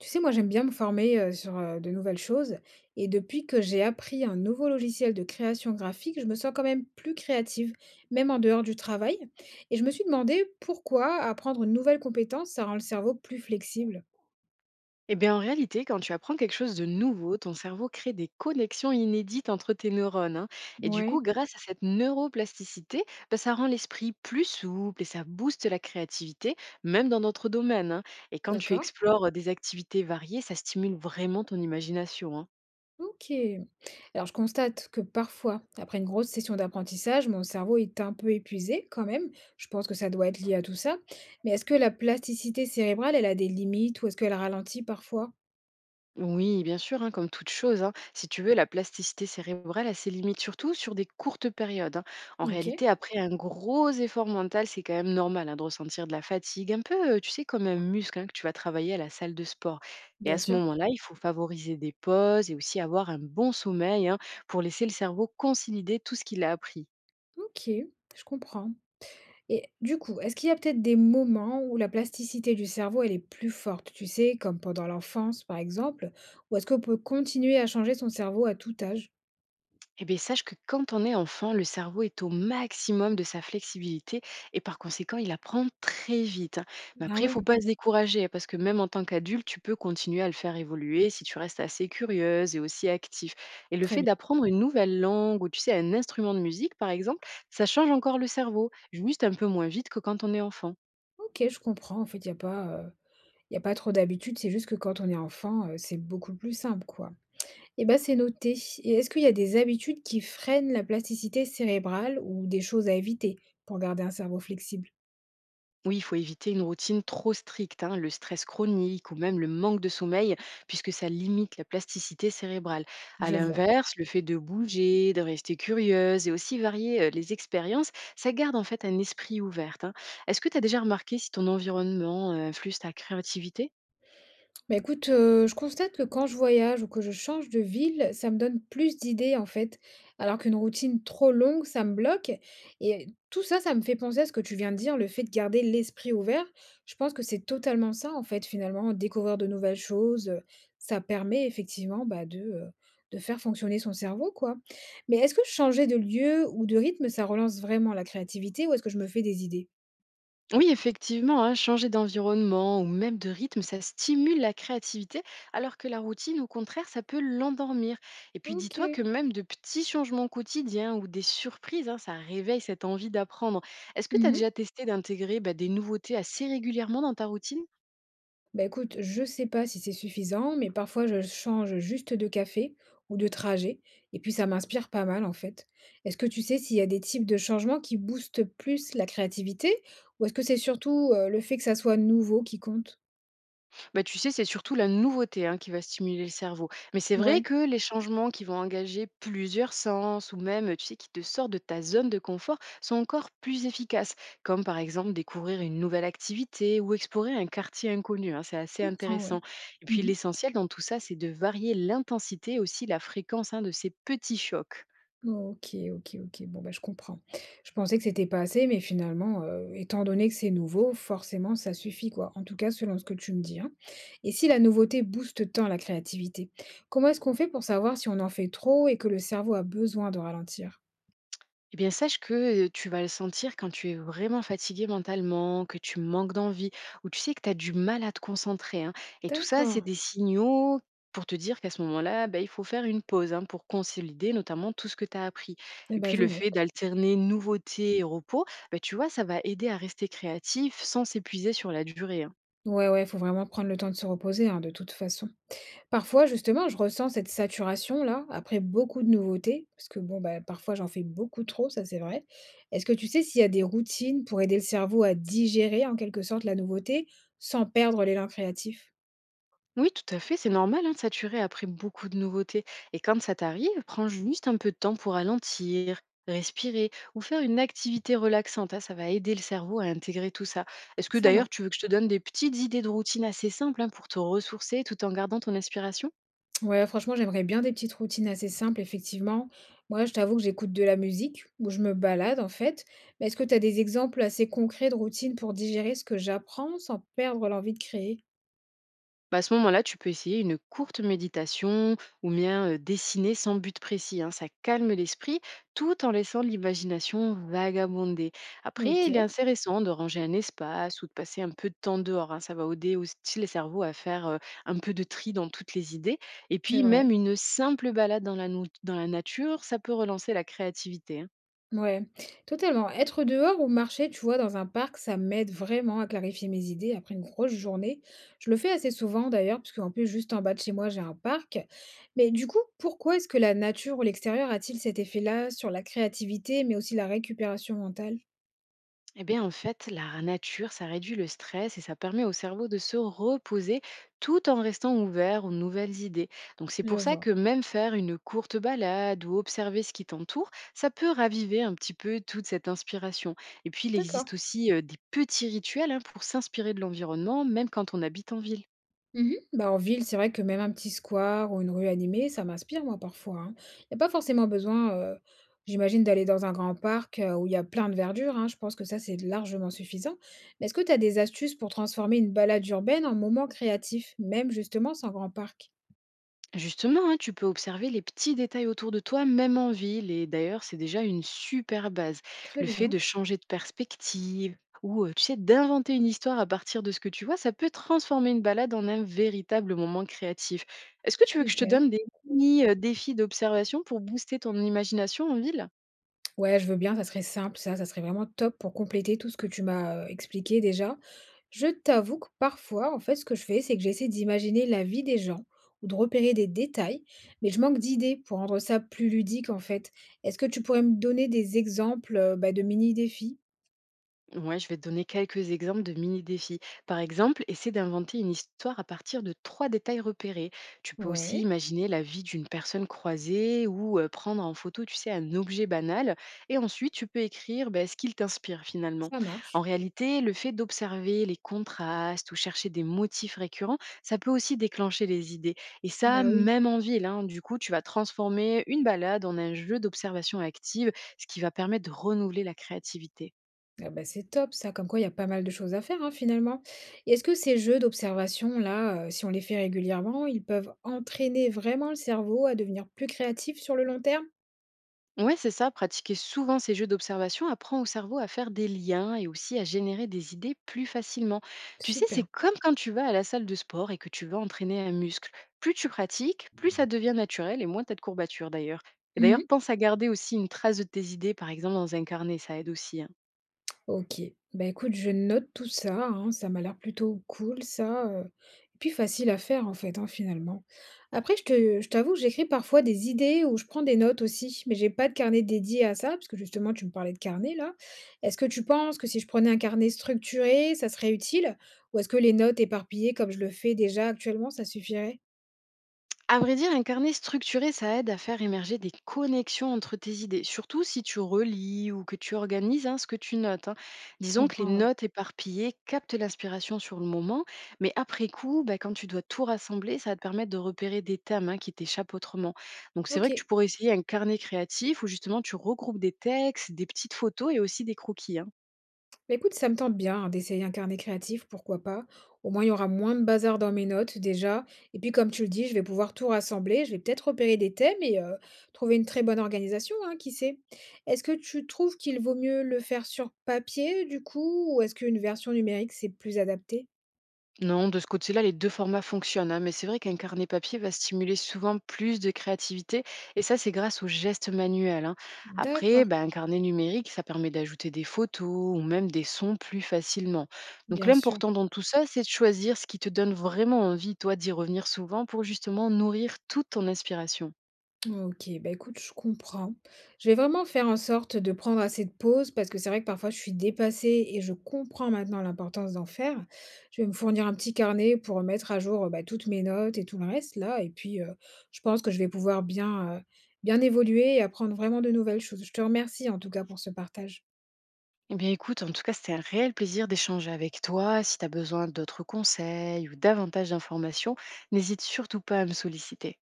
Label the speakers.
Speaker 1: Tu sais, moi, j'aime bien me former sur de nouvelles choses. Et depuis que j'ai appris un nouveau logiciel de création graphique, je me sens quand même plus créative, même en dehors du travail. Et je me suis demandé pourquoi apprendre une nouvelle compétence, ça rend le cerveau plus flexible.
Speaker 2: Eh bien, en réalité, quand tu apprends quelque chose de nouveau, ton cerveau crée des connexions inédites entre tes neurones. Hein. Et du coup,
Speaker 1: Ouais,
Speaker 2: grâce à cette neuroplasticité, bah, ça rend l'esprit plus souple et ça booste la créativité, même dans notre domaine. Hein. Et quand tu
Speaker 1: d'accord.
Speaker 2: explores des activités variées, ça stimule vraiment ton imagination. Hein.
Speaker 1: Ok. Alors, je constate que parfois, après une grosse session d'apprentissage, mon cerveau est un peu épuisé quand même. Je pense que ça doit être lié à tout ça. Mais est-ce que la plasticité cérébrale, elle a des limites ou est-ce qu'elle ralentit parfois?
Speaker 2: Oui, bien sûr, hein, comme toute chose. Hein. Si tu veux, la plasticité cérébrale a ses limites, surtout sur des courtes périodes. Hein. En
Speaker 1: Ok,
Speaker 2: réalité, après un gros effort mental, c'est quand même normal hein, de ressentir de la fatigue, un peu, tu sais, comme un muscle hein, que tu vas travailler à la salle de sport. Et
Speaker 1: bien
Speaker 2: à ce
Speaker 1: sûr.
Speaker 2: moment-là, il faut favoriser des pauses et aussi avoir un bon sommeil hein, pour laisser le cerveau consolider tout ce qu'il a appris.
Speaker 1: OK, je comprends, et du coup, est-ce qu'il y a peut-être des moments où la plasticité du cerveau, elle est plus forte, tu sais, comme pendant l'enfance, par exemple? Ou est-ce qu'on peut continuer à changer son cerveau à tout âge?
Speaker 2: Eh bien, sache que quand on est enfant, le cerveau est au maximum de sa flexibilité et par conséquent, il apprend très vite. Hein. Mais
Speaker 1: Ah
Speaker 2: après, il faut
Speaker 1: ouais?
Speaker 2: pas se décourager parce que même en tant qu'adulte, tu peux continuer à le faire évoluer si tu restes assez curieuse et aussi actif. Et le
Speaker 1: Très
Speaker 2: fait
Speaker 1: bien.
Speaker 2: d'apprendre une nouvelle langue ou tu sais, un instrument de musique, par exemple, ça change encore le cerveau, juste un peu moins vite que quand on est enfant.
Speaker 1: OK, je comprends. En fait, il y a pas, il y a pas trop d'habitude. C'est juste que quand on est enfant, c'est beaucoup plus simple, quoi. Eh ben, c'est noté. Et est-ce qu'il y a des habitudes qui freinent la plasticité cérébrale ou des choses à éviter pour garder un cerveau flexible?
Speaker 2: Oui, il faut éviter une routine trop stricte, hein, le stress chronique ou même le manque de sommeil, puisque ça limite la plasticité cérébrale. À
Speaker 1: Je vois.
Speaker 2: l'inverse, le fait de bouger, de rester curieuse et aussi varier les expériences, ça garde en fait un esprit ouvert. Hein. Est-ce que tu as déjà remarqué si ton environnement influe ta créativité?
Speaker 1: Bah, écoute, je constate que quand je voyage ou que je change de ville, ça me donne plus d'idées, en fait, alors qu'une routine trop longue, ça me bloque, et tout ça, ça me fait penser à ce que tu viens de dire, le fait de garder l'esprit ouvert. Je pense que c'est totalement ça, en fait, finalement, découvrir de nouvelles choses, ça permet effectivement, bah, de de faire fonctionner son cerveau, quoi. Mais est-ce que changer de lieu ou de rythme, ça relance vraiment la créativité ou est-ce que je me fais des idées?
Speaker 2: Oui, effectivement, hein, changer d'environnement ou même de rythme, ça stimule la créativité, alors que la routine, au contraire, ça peut l'endormir. Et puis dis-toi
Speaker 1: OK.
Speaker 2: que même de petits changements quotidiens ou des surprises, hein, ça réveille cette envie d'apprendre. Est-ce que tu as déjà
Speaker 1: Mmh.
Speaker 2: testé d'intégrer bah, des nouveautés assez régulièrement dans ta routine?
Speaker 1: Bah, écoute, je sais pas si c'est suffisant, mais parfois je change juste de café ou de trajet, et puis ça m'inspire pas mal en fait. Est-ce que tu sais s'il y a des types de changements qui boostent plus la créativité, ou est-ce que c'est surtout le fait que ça soit nouveau qui compte?
Speaker 2: Bah, tu sais, c'est surtout la nouveauté hein, qui va stimuler le cerveau. Mais c'est vrai
Speaker 1: Ouais,
Speaker 2: que les changements qui vont engager plusieurs sens ou même, tu sais, qui te sortent de ta zone de confort sont encore plus efficaces, comme par exemple découvrir une nouvelle activité ou explorer un quartier inconnu. Hein, c'est
Speaker 1: je
Speaker 2: assez
Speaker 1: comprends,
Speaker 2: intéressant.
Speaker 1: ouais.
Speaker 2: Et puis
Speaker 1: Mhm.
Speaker 2: l'essentiel dans tout ça, c'est de varier l'intensité et aussi la fréquence hein, de ces petits chocs.
Speaker 1: OK, OK, OK. Bon, bah, je comprends. Je pensais que c'était pas assez, mais finalement, étant donné que c'est nouveau, forcément, ça suffit, quoi. En tout cas, selon ce que tu me dis, hein. Et si la nouveauté booste tant la créativité, comment est-ce qu'on fait pour savoir si on en fait trop et que le cerveau a besoin de ralentir?
Speaker 2: Eh bien, sache que tu vas le sentir quand tu es vraiment fatigué mentalement, que tu manques d'envie, ou tu sais que tu as du mal à te concentrer. Hein. Et tout ça, c'est
Speaker 1: D'accord.
Speaker 2: des signaux pour te dire qu'à ce moment-là, bah, il faut faire une pause hein, pour consolider notamment tout ce que tu as appris.
Speaker 1: Et
Speaker 2: Et
Speaker 1: ben
Speaker 2: puis
Speaker 1: je
Speaker 2: le fait
Speaker 1: note.
Speaker 2: d'alterner nouveauté et repos, bah, tu vois, ça va aider à rester créatif sans s'épuiser sur la durée. Hein.
Speaker 1: Ouais, ouais, il faut vraiment prendre le temps de se reposer, hein, de toute façon. Parfois, justement, je ressens cette saturation-là, après beaucoup de nouveautés, parce que bon, bah, parfois j'en fais beaucoup trop, ça c'est vrai. Est-ce que tu sais s'il y a des routines pour aider le cerveau à digérer en quelque sorte la nouveauté sans perdre l'élan créatif?
Speaker 2: Oui, tout à fait, c'est normal hein, de saturer après beaucoup de nouveautés. Et quand ça t'arrive, prends juste un peu de temps pour ralentir, respirer ou faire une activité relaxante. Hein, ça va aider le cerveau à intégrer tout ça. Est-ce que
Speaker 1: Ça marche.
Speaker 2: d'ailleurs tu veux que je te donne des petites idées de routine assez simples hein, pour te ressourcer tout en gardant ton inspiration?
Speaker 1: Ouais, franchement, j'aimerais bien des petites routines assez simples, effectivement. Moi, je t'avoue que j'écoute de la musique ou je me balade, en fait. Mais est-ce que tu as des exemples assez concrets de routines pour digérer ce que j'apprends sans perdre l'envie de créer?
Speaker 2: Bah, à ce moment-là, tu peux essayer une courte méditation ou bien dessiner sans but précis. Hein. Ça calme l'esprit tout en laissant l'imagination vagabonder. Après, il est
Speaker 1: Ok,
Speaker 2: intéressant de ranger un espace ou de passer un peu de temps dehors. Hein. Ça va aider aussi le cerveau à faire un peu de tri dans toutes les idées. Et
Speaker 1: c'est
Speaker 2: puis,
Speaker 1: vrai.
Speaker 2: même une simple balade dans la nature, ça peut relancer la créativité. Hein.
Speaker 1: Ouais, totalement. Être dehors ou marcher, tu vois, dans un parc, ça m'aide vraiment à clarifier mes idées après une grosse journée. Je le fais assez souvent d'ailleurs, parce qu'en plus, juste en bas de chez moi, j'ai un parc. Mais du coup, pourquoi est-ce que la nature ou l'extérieur a-t-il cet effet-là sur la créativité, mais aussi la récupération mentale?
Speaker 2: Eh bien, en fait, la nature, ça réduit le stress et ça permet au cerveau de se reposer tout en restant ouvert aux nouvelles idées. Donc, c'est
Speaker 1: Je
Speaker 2: pour ça
Speaker 1: vois.
Speaker 2: que même faire une courte balade ou observer ce qui t'entoure, ça peut raviver un petit peu toute cette inspiration. Et puis, il
Speaker 1: D'accord.
Speaker 2: existe aussi des petits rituels hein, pour s'inspirer de l'environnement, même quand on habite en ville.
Speaker 1: Mhm. Bah, en ville, c'est vrai que même un petit square ou une rue animée, ça m'inspire, moi, parfois, hein. Il n'y a pas forcément besoin, j'imagine, d'aller dans un grand parc où il y a plein de verdure, hein. Je pense que ça, c'est largement suffisant. Mais est-ce que tu as des astuces pour transformer une balade urbaine en moment créatif, même justement sans grand parc?
Speaker 2: Justement, hein, tu peux observer les petits détails autour de toi, même en ville. Et d'ailleurs, c'est déjà une super base.
Speaker 1: Très
Speaker 2: Le fait
Speaker 1: bien.
Speaker 2: de changer de perspective ou, tu sais, d'inventer une histoire à partir de ce que tu vois, ça peut transformer une balade en un véritable moment créatif. Est-ce que tu veux que je te
Speaker 1: Super.
Speaker 2: donne des mini défis d'observation pour booster ton imagination en ville?
Speaker 1: Ouais, je veux bien, ça serait simple, ça serait vraiment top pour compléter tout ce que tu m'as expliqué déjà. Je t'avoue que parfois, en fait, ce que je fais, c'est que j'essaie d'imaginer la vie des gens ou de repérer des détails, mais je manque d'idées pour rendre ça plus ludique, en fait. Est-ce que tu pourrais me donner des exemples bah, de mini-défis?
Speaker 2: Ouais, je vais te donner quelques exemples de mini-défis. Par exemple, essaie d'inventer une histoire à partir de trois détails repérés. Tu peux aussi
Speaker 1: Ouais,
Speaker 2: imaginer la vie d'une personne croisée ou prendre en photo, tu sais, un objet banal. Et ensuite, tu peux écrire ben, ce qu'il t'inspire finalement.
Speaker 1: ça
Speaker 2: En
Speaker 1: marche.
Speaker 2: réalité, le fait d'observer les contrastes ou chercher des motifs récurrents, ça peut aussi déclencher les idées. Et ça,
Speaker 1: Bah oui.
Speaker 2: même en ville. Hein. Du coup, tu vas transformer une balade en un jeu d'observation active, ce qui va permettre de renouveler la créativité.
Speaker 1: Ah bah c'est top, ça. Comme quoi, il y a pas mal de choses à faire, hein, finalement. Et est-ce que ces jeux d'observation, là, si on les fait régulièrement, ils peuvent entraîner vraiment le cerveau à devenir plus créatif sur le long terme?
Speaker 2: Ouais, c'est ça. Pratiquer souvent ces jeux d'observation apprend au cerveau à faire des liens et aussi à générer des idées plus facilement. Tu sais, c'est
Speaker 1: Super.
Speaker 2: comme quand tu vas à la salle de sport et que tu vas entraîner un muscle. Plus tu pratiques, plus ça devient naturel et moins t'as de courbatures d'ailleurs. Et d'ailleurs, pense à garder aussi une trace de tes idées, par exemple dans un carnet, ça aide aussi. Hein.
Speaker 1: OK. Bah, écoute, je note tout ça, hein, ça m'a l'air plutôt cool ça, et puis facile à faire en fait, hein, finalement. Après je t'avoue que j'écris parfois des idées ou je prends des notes aussi, mais j'ai pas de carnet dédié à ça, parce que justement tu me parlais de carnet là. Est-ce que tu penses que si je prenais un carnet structuré, ça serait utile? Ou est-ce que les notes éparpillées comme je le fais déjà actuellement, ça suffirait?
Speaker 2: À vrai dire, un carnet structuré, ça aide à faire émerger des connexions entre tes idées, surtout si tu relis ou que tu organises hein, ce que tu notes. Hein.
Speaker 1: Je
Speaker 2: Disons que les
Speaker 1: comprends, ouais.
Speaker 2: notes éparpillées captent l'inspiration sur le moment, mais après coup, bah, quand tu dois tout rassembler, ça va te permettre de repérer des thèmes hein, qui t'échappent autrement. Donc c'est vrai que tu
Speaker 1: OK.
Speaker 2: pourrais essayer un carnet créatif où justement tu regroupes des textes, des petites photos et aussi des croquis. Hein.
Speaker 1: Bah, écoute, ça me tente bien, hein, d'essayer un carnet créatif, pourquoi pas? Au moins, il y aura moins de bazar dans mes notes, déjà. Et puis, comme tu le dis, je vais pouvoir tout rassembler. Je vais peut-être repérer des thèmes et trouver une très bonne organisation, hein, qui sait? Est-ce que tu trouves qu'il vaut mieux le faire sur papier, du coup, ou est-ce qu'une version numérique, c'est plus adapté?
Speaker 2: Non, de ce côté-là, les deux formats fonctionnent, hein, mais c'est vrai qu'un carnet papier va stimuler souvent plus de créativité, et ça, c'est grâce aux gestes manuels. Hein. Après,
Speaker 1: D'accord,
Speaker 2: ben, un carnet numérique, ça permet d'ajouter des photos ou même des sons plus facilement. Donc
Speaker 1: bien sûr.
Speaker 2: l'important dans tout ça, c'est de choisir ce qui te donne vraiment envie, toi, d'y revenir souvent pour justement nourrir toute ton inspiration.
Speaker 1: OK, bah, écoute, je comprends. Je vais vraiment faire en sorte de prendre assez de pauses parce que c'est vrai que parfois je suis dépassée et je comprends maintenant l'importance d'en faire. Je vais me fournir un petit carnet pour mettre à jour, bah, toutes mes notes et tout le reste là et puis, je pense que je vais pouvoir bien, bien évoluer et apprendre vraiment de nouvelles choses. Je te remercie en tout cas pour ce partage.
Speaker 2: Eh bien écoute, en tout cas, c'était un réel plaisir d'échanger avec toi. Si tu as besoin d'autres conseils ou davantage d'informations, n'hésite surtout pas à me solliciter.